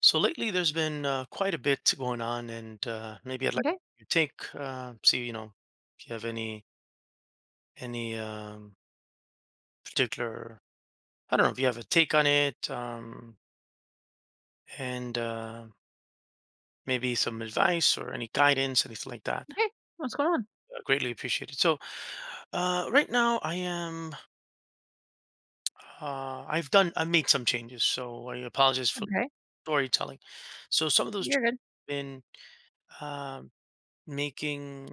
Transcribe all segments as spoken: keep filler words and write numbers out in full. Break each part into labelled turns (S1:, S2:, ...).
S1: So lately, there's been uh, quite a bit going on, and uh, maybe I'd like
S2: Okay,
S1: you take uh, see you know if you have any any um, particular I don't know if you have a take on it, um, and uh, maybe some advice or any guidance, anything like that.
S2: okay, what's going on?
S1: Uh, greatly appreciated. So uh, right now, I am uh, I've done I've made some changes, so I apologize for
S2: Okay,
S1: storytelling. So some of those changes
S2: you're good.
S1: have been um making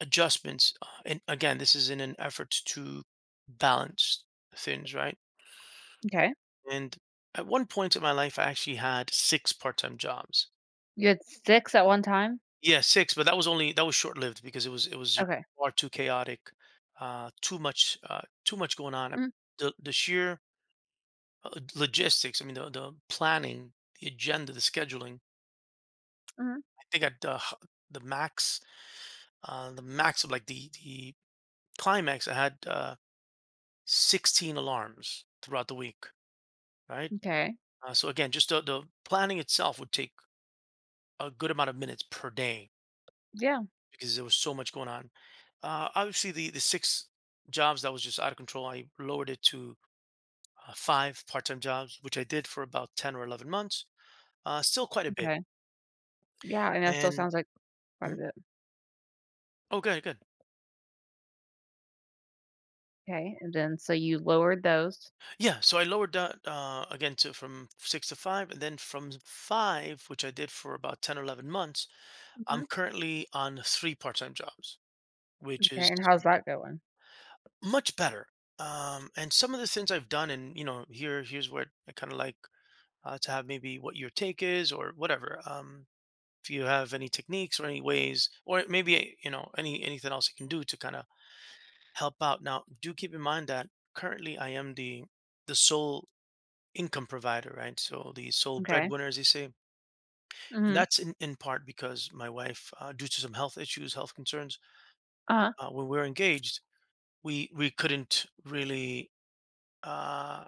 S1: adjustments, uh, and again this is in an effort to balance things right.
S2: Okay.
S1: And at one point in my life, I actually had six part-time jobs.
S2: You had six at one time?
S1: Yeah, six, but that was only, that was short-lived because it was it was just
S2: Okay.
S1: far too chaotic. Uh too much, uh too much going on.
S2: Mhm,
S1: The the sheer uh, logistics, I mean the, the planning, the agenda, the scheduling.
S2: mhm.
S1: I think at the h- the max, uh the max of like the the climax, I had uh sixteen alarms throughout the week, right?
S2: Okay.
S1: Uh, so again, just the, the planning itself would take a good amount of minutes per day
S2: Yeah.
S1: because there was so much going on. Uh, obviously, the the six jobs, that was just out of control. I lowered it to uh, five part-time jobs, which I did for about ten or eleven months. Uh, still quite a bit.
S2: Okay. Yeah, and that still
S1: And
S2: sounds like quite a
S1: mhm.
S2: bit.
S1: Oh, good, good.
S2: Okay, and then so you lowered those.
S1: Yeah, so I lowered that, uh, again, to from six to five, and then from five, which I did for about ten or eleven months, I'm
S2: Mhm.
S1: currently on three part-time jobs, which
S2: Okay,
S1: is
S2: and how's that going?
S1: much better. Um, and some of the things I've done, and you know, here here's where I kind of like uh, to have maybe what your take is or whatever. Um, if you have any techniques or any ways, or maybe eh, you know, any anything else you can do to kind of help out. Now, do keep in mind that currently I am the the sole income provider, right? So the sole
S2: Okay.
S1: breadwinner, as they say, and
S2: Mhm.
S1: that's in, in part because my wife, uh, due to some health issues, health concerns,
S2: Uh-huh.
S1: uh, when we were engaged, we we couldn't really. Uh,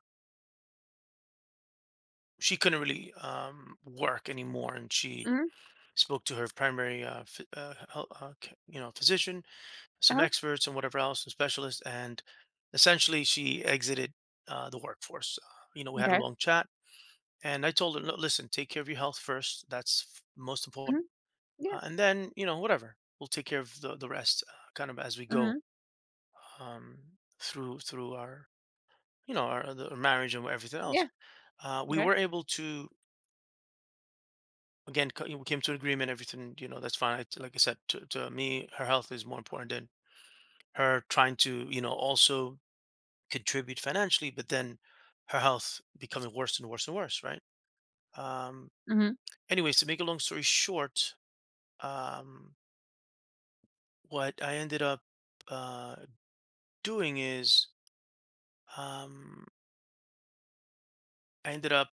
S1: she couldn't really um, work anymore, and she
S2: Mhm.
S1: spoke to her primary, uh, ph- uh, hel- uh, c- you know, physician, some
S2: Uh-huh.
S1: experts, and whatever else, and specialists. And essentially, she exited uh, the workforce. Uh, you know, we had a
S2: Okay.
S1: long chat, and I told her, "Look, listen, take care of your health first. That's f- most important,
S2: Mhm. Yeah.
S1: uh, and then you know, whatever, we'll take care of the the rest, uh, kind of as we go
S2: Mhm.
S1: um, through through our." You know, our, the- our marriage and everything
S2: Yeah.
S1: else. Uh, we
S2: Okay.
S1: were able to again co- we came to agreement, everything, you know, that's fine. I, like I said, to, to me her health is more important than her trying to, you know, also contribute financially. But then her health becoming worse and worse and worse, right? Um,
S2: Mhm.
S1: anyways, to make a long story short, um, what I ended up uh doing is um I ended up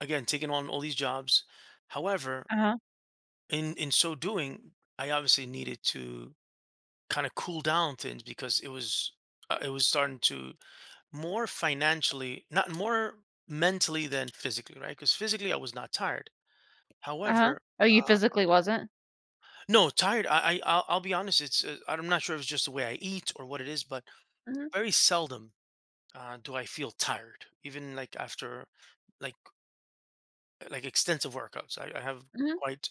S1: again taking on all these jobs. However,
S2: Uh-huh.
S1: in in so doing, I obviously needed to kind of cool down things because it was uh, it was starting to more financially, not more mentally than physically, right? Because physically I was not tired.
S2: Uh-huh.
S1: However,
S2: Oh, you
S1: uh,
S2: physically wasn't?
S1: no, tired, I, I I'll, I'll be honest, it's uh, I'm not sure if it's just the way I eat or what it is, but
S2: Mhm.
S1: very seldom uh, do I feel tired, even like after like like extensive workouts. i, I have
S2: Mhm.
S1: quite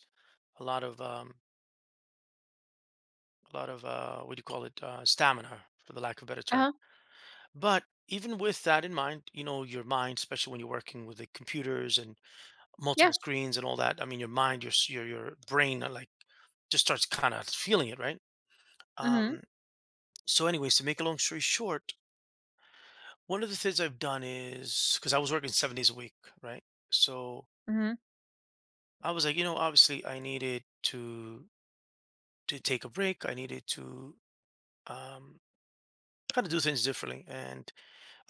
S1: a lot of um a lot of uh what do you call it, uh stamina, for the lack of a better term.
S2: Uh-huh.
S1: But even with that in mind, you know, your mind, especially when you're working with the computers and multiple
S2: Yeah.
S1: screens and all that, I mean, your mind, your s- your your brain, uh, like, just starts kind of feeling it, right?
S2: Mhm.
S1: Um, so, anyways, to make a long story short, one of the things I've done is because I was working seven days a week, right? So
S2: Mhm.
S1: I was like, you know, obviously, I needed to to take a break. I needed to um, kind of do things differently, and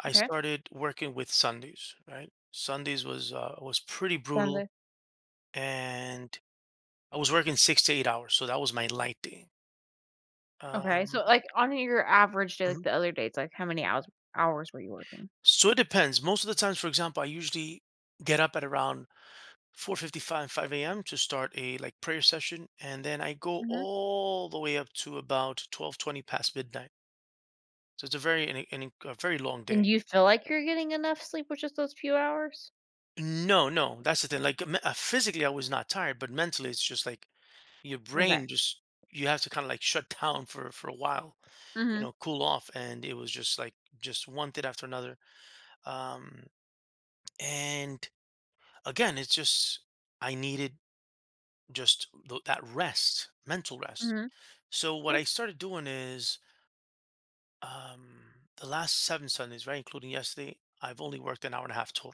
S1: I
S2: Okay.
S1: started working with Sundays, right? Sundays was uh, was pretty brutal,
S2: Sounds
S1: and I was working six to eight hours, so that was my light day.
S2: Okay,
S1: Um,
S2: so, like, on your average day, like,
S1: mhm.
S2: the other days, like, how many hours hours were you working?
S1: So it depends. Most of the times, for example, I usually get up at around four fifty-five, five a m to start a like prayer session, and then I go
S2: Mhm.
S1: all the way up to about twelve twenty past midnight. So it's a very an, an, a very long
S2: And
S1: day.
S2: do you feel like you're getting enough sleep with just those few hours?
S1: No, no, that's the thing. Like me- uh, physically, I was not tired, but mentally, it's just like your
S2: Okay.
S1: brain just you have to kind of like shut down for for a while, you
S2: Mhm.
S1: know, cool off. And it was just like just one thing after another. Um, and again it's just I needed just th- that rest, mental rest.
S2: Mhm.
S1: So what
S2: Yeah.
S1: I started doing is um the last seven Sundays, right, including yesterday, I've only worked an hour and a half total.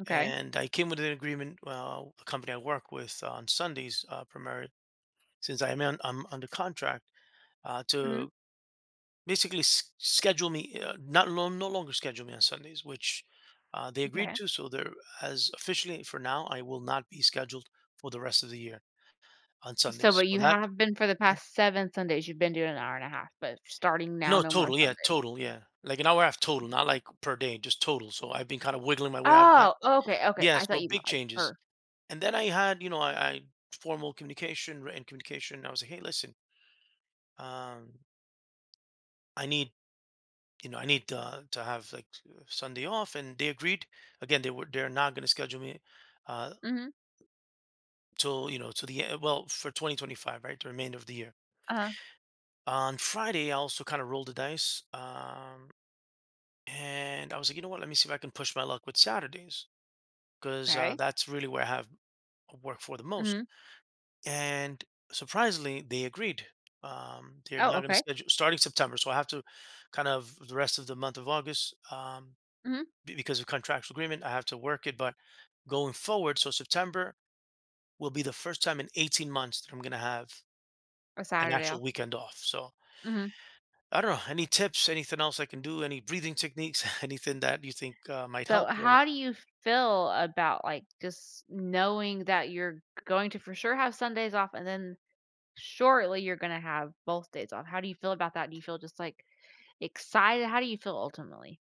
S2: Okay.
S1: And I came with an agreement, uh, the company I work with on Sundays, uh, primarily since I am on, I'm under contract, uh,
S2: Mhm.
S1: to basically s- schedule me, uh, not no, no longer schedule me on Sundays, which uh, they agreed
S2: Okay.
S1: to. So there, as officially for now, I will not be scheduled for the rest of the year on
S2: So,
S1: Sundays.
S2: but
S1: So
S2: you
S1: that
S2: have been for the
S1: mm.
S2: past seven Sundays, you've been doing an hour and a half, but starting now,
S1: No,
S2: no more
S1: total, yeah,
S2: Sundays.
S1: total, yeah, like an hour and a half total, not like per day, just total. So I've been kind of wiggling my way out of that.
S2: Oh, okay, okay.
S1: Yeah,
S2: I thought
S1: so
S2: you meant,
S1: big
S2: like,
S1: changes.
S2: per
S1: And then I had, you know, I, I formal communication, written communication. I was like, hey, listen, um, I need, you know, I need to, to have like uh, Sunday off, and they agreed. Again, they were they're not going to schedule me uh,
S2: Mhm.
S1: till you know to the e- well, for twenty twenty-five, right? The remainder of the year.
S2: Uh-huh.
S1: On Friday, I also kind of rolled the dice, um, and I was like, you know what? Let me see if I can push my luck with Saturdays because uh,
S2: Okay.
S1: that's really where I have work for the most.
S2: Mhm.
S1: And surprisingly, they agreed. Um, they're
S2: Oh,
S1: not going to
S2: okay.
S1: schedule starting September, so I have to kind of the rest of the month of August. Um,
S2: Mhm.
S1: be- because of contractual agreement, I have to work it. But going forward, so September will be the first time in eighteen months that I'm going to have
S2: A
S1: an
S2: Saturday off.
S1: actual weekend off. So
S2: Mhm.
S1: I don't know. Any tips? Anything else I can do? Any breathing techniques? Anything that you think uh, might
S2: So
S1: help? Or
S2: how do you feel about, like, just knowing that you're going to for sure have Sundays off and then shortly you're gonna have both days off? How do you feel about that? Do you feel just, like, excited? How do you feel ultimately?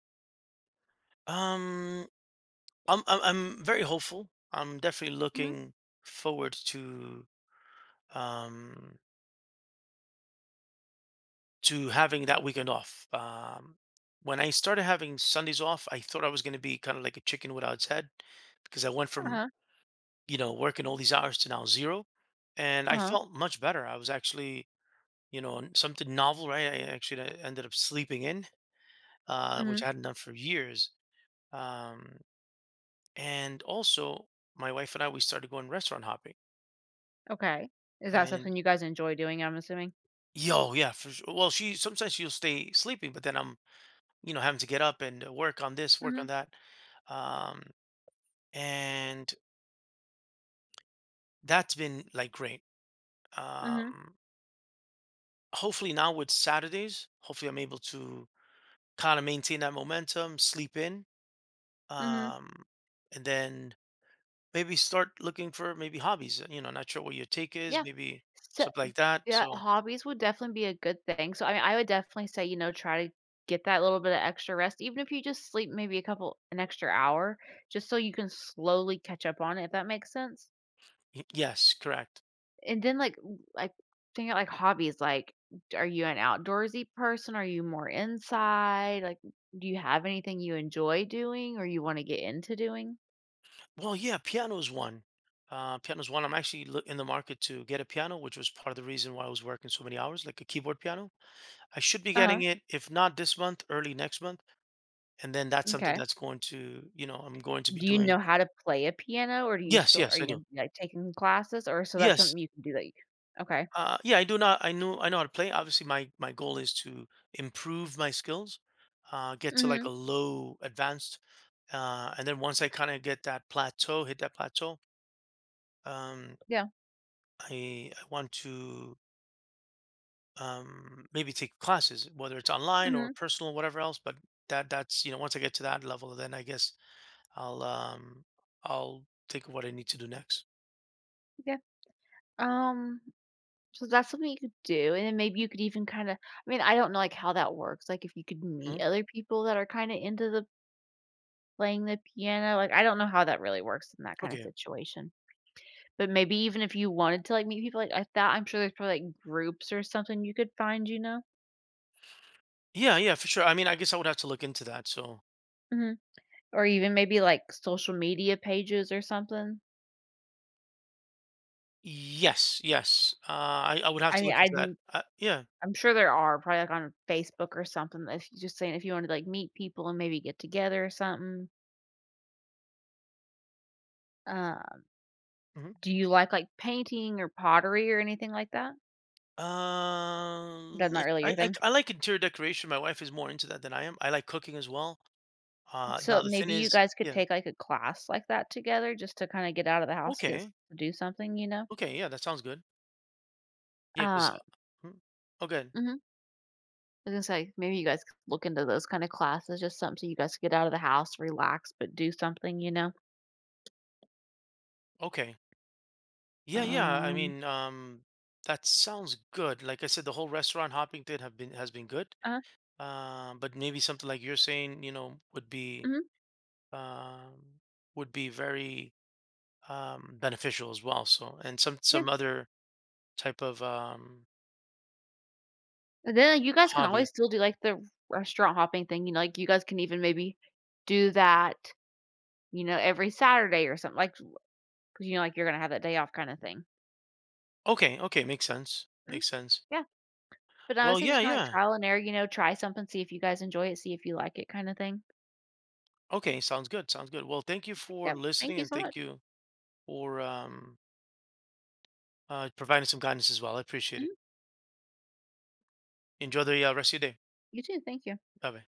S1: um, I'm, I'm I'm very hopeful. I'm definitely
S2: Mhm,
S1: looking forward to um to having that weekend off. Um, when I started having Sundays off, I thought I was going to be kind of like a chicken without its head because I went from,
S2: uh-huh,
S1: you know, working all these hours to now zero. And I
S2: uh-huh,
S1: felt much better. I was actually, you know, n- something novel, right? I actually uh, ended up sleeping in, uh, which
S2: mhm,
S1: I hadn't done for years. Um, and also, my wife and I, we started going restaurant hopping.
S2: okay. Is that
S1: And
S2: something you guys enjoy doing, I'm assuming?
S1: yo, yeah, for sure. Well, she sometimes she'll stay sleeping, but then I'm, you know, having to get up and uh, work on this, work on
S2: Mhm,
S1: that. Um, and that's been like great.
S2: mhm,
S1: Um, hopefully now with Saturdays, hopefully I'm able to kind of maintain that momentum, sleep in,
S2: mhm,
S1: um, and then maybe start looking for maybe hobbies. uh, You know, not sure what your take
S2: yeah,
S1: is, maybe
S2: so
S1: something like that.
S2: Yeah,
S1: So
S2: hobbies would definitely be a good thing. So, I mean, I would definitely say, you know, try to get that little bit of extra rest, even if you just sleep maybe a couple, an extra hour, just so you can slowly catch up on it, if that makes sense.
S1: y- yes, correct.
S2: And then, like, w- like, think out like hobbies. Like, d- are you an outdoorsy person? Are you more inside? Like, do you have anything you enjoy doing or you want to get into doing?
S1: Well, yeah, piano's one. Uh, piano's one. I'm actually loo- in the market to get a piano, which was part of the reason why I was working so many hours, like a keyboard piano. I should be
S2: Uh
S1: getting
S2: huh.
S1: it, if not this month, early next month, and then that's something
S2: Okay.
S1: that's going to, you know, I'm going to be
S2: Do you
S1: doing.
S2: know how to play a piano or do you
S1: Yes,
S2: still, are
S1: yes, I
S2: you
S1: do.
S2: gonna be like taking classes or so that's
S1: Yes,
S2: something you can do that you, okay.
S1: uh, yeah, I do not. I know. I know how to play. Obviously, my my goal is to improve my skills, uh, get to like
S2: Hmm.
S1: a low advanced, uh, and then once I kind of get that plateau, hit that plateau, um,
S2: Yeah,
S1: I I want to um, maybe take classes, whether it's online or
S2: mhm,
S1: personal, whatever else. But that that's, you know, once I get to that level, then I guess I'll um, I'll think of what I need to do next.
S2: yeah, um, so that's something you could do, and then maybe you could even kinda, I mean, I don't know, like, how that works, like, if you could
S1: Mhm.
S2: meet other people that are kinda into the playing the piano, like, I don't know how that really works in that kinda
S1: Okay.
S2: situation, but maybe even if you wanted to, like, meet people, like, I thought I'm sure there's probably, like, groups or something you could find, you know?
S1: Yeah, yeah, for sure. I mean, I guess I would have to look into that. So.
S2: Mhm, or even maybe, like, social media pages or something.
S1: Yes, yes. Uh, I I would have
S2: I
S1: to
S2: mean,
S1: look
S2: I
S1: into that. Uh, yeah.
S2: I'm sure there are probably, like, on Facebook or something if you just saying if you wanted to, like, meet people and maybe get together or something. Um,
S1: Hmm.
S2: do you like, like, painting or pottery or anything like that?
S1: Uh,
S2: That's not
S1: let
S2: really
S1: I,
S2: your
S1: I
S2: thing?
S1: I like interior decoration. My wife is more into that than I am. I like cooking as well. Uh,
S2: So,
S1: now the thing
S2: maybe you
S1: is,
S2: guys could
S1: yeah.
S2: take, like, a class like that together just to kinda get out of the house, get s
S1: Okay.
S2: to do something, you know?
S1: Okay. Yeah, that sounds good. Yeah, because
S2: Um
S1: oh, good.
S2: mhm. I was gonna say, maybe you guys could look into those kinda classes, just something so you guys could get out of the house, relax, but do something, you know?
S1: Okay. Yeah, yeah. I
S2: Um
S1: mean, um, that sounds good. Like I said, the whole restaurant hopping thing have been has been good.
S2: uh-huh,
S1: Uh, but maybe something like you're saying, you know, would be
S2: mhm,
S1: um would be very um, beneficial as well. So, and some
S2: yeah.
S1: some other type of um,
S2: And then you guys can always
S1: hobby.
S2: still do, like, the restaurant hopping thing, you know, like, you guys can even maybe do that, you know, every Saturday or something, like 'cause you know, like, you're gonna have that day off kinda thing.
S1: Okay, okay, makes sense.
S2: Mm,
S1: Makes sense.
S2: yeah, but I would
S1: Well,
S2: say just
S1: yeah,
S2: kinda like
S1: yeah.
S2: trial and error, you know, try something, see if you guys enjoy it, see if you like it kinda thing.
S1: Okay, sounds good. Sounds good. Well, thank you for
S2: Yep, thank
S1: listening,
S2: you
S1: and
S2: so much.
S1: thank you for um, uh, providing some guidance as well. I appreciate
S2: Mhm,
S1: it. Enjoy the uh, rest of your day.
S2: you too, thank you.
S1: Bye bye.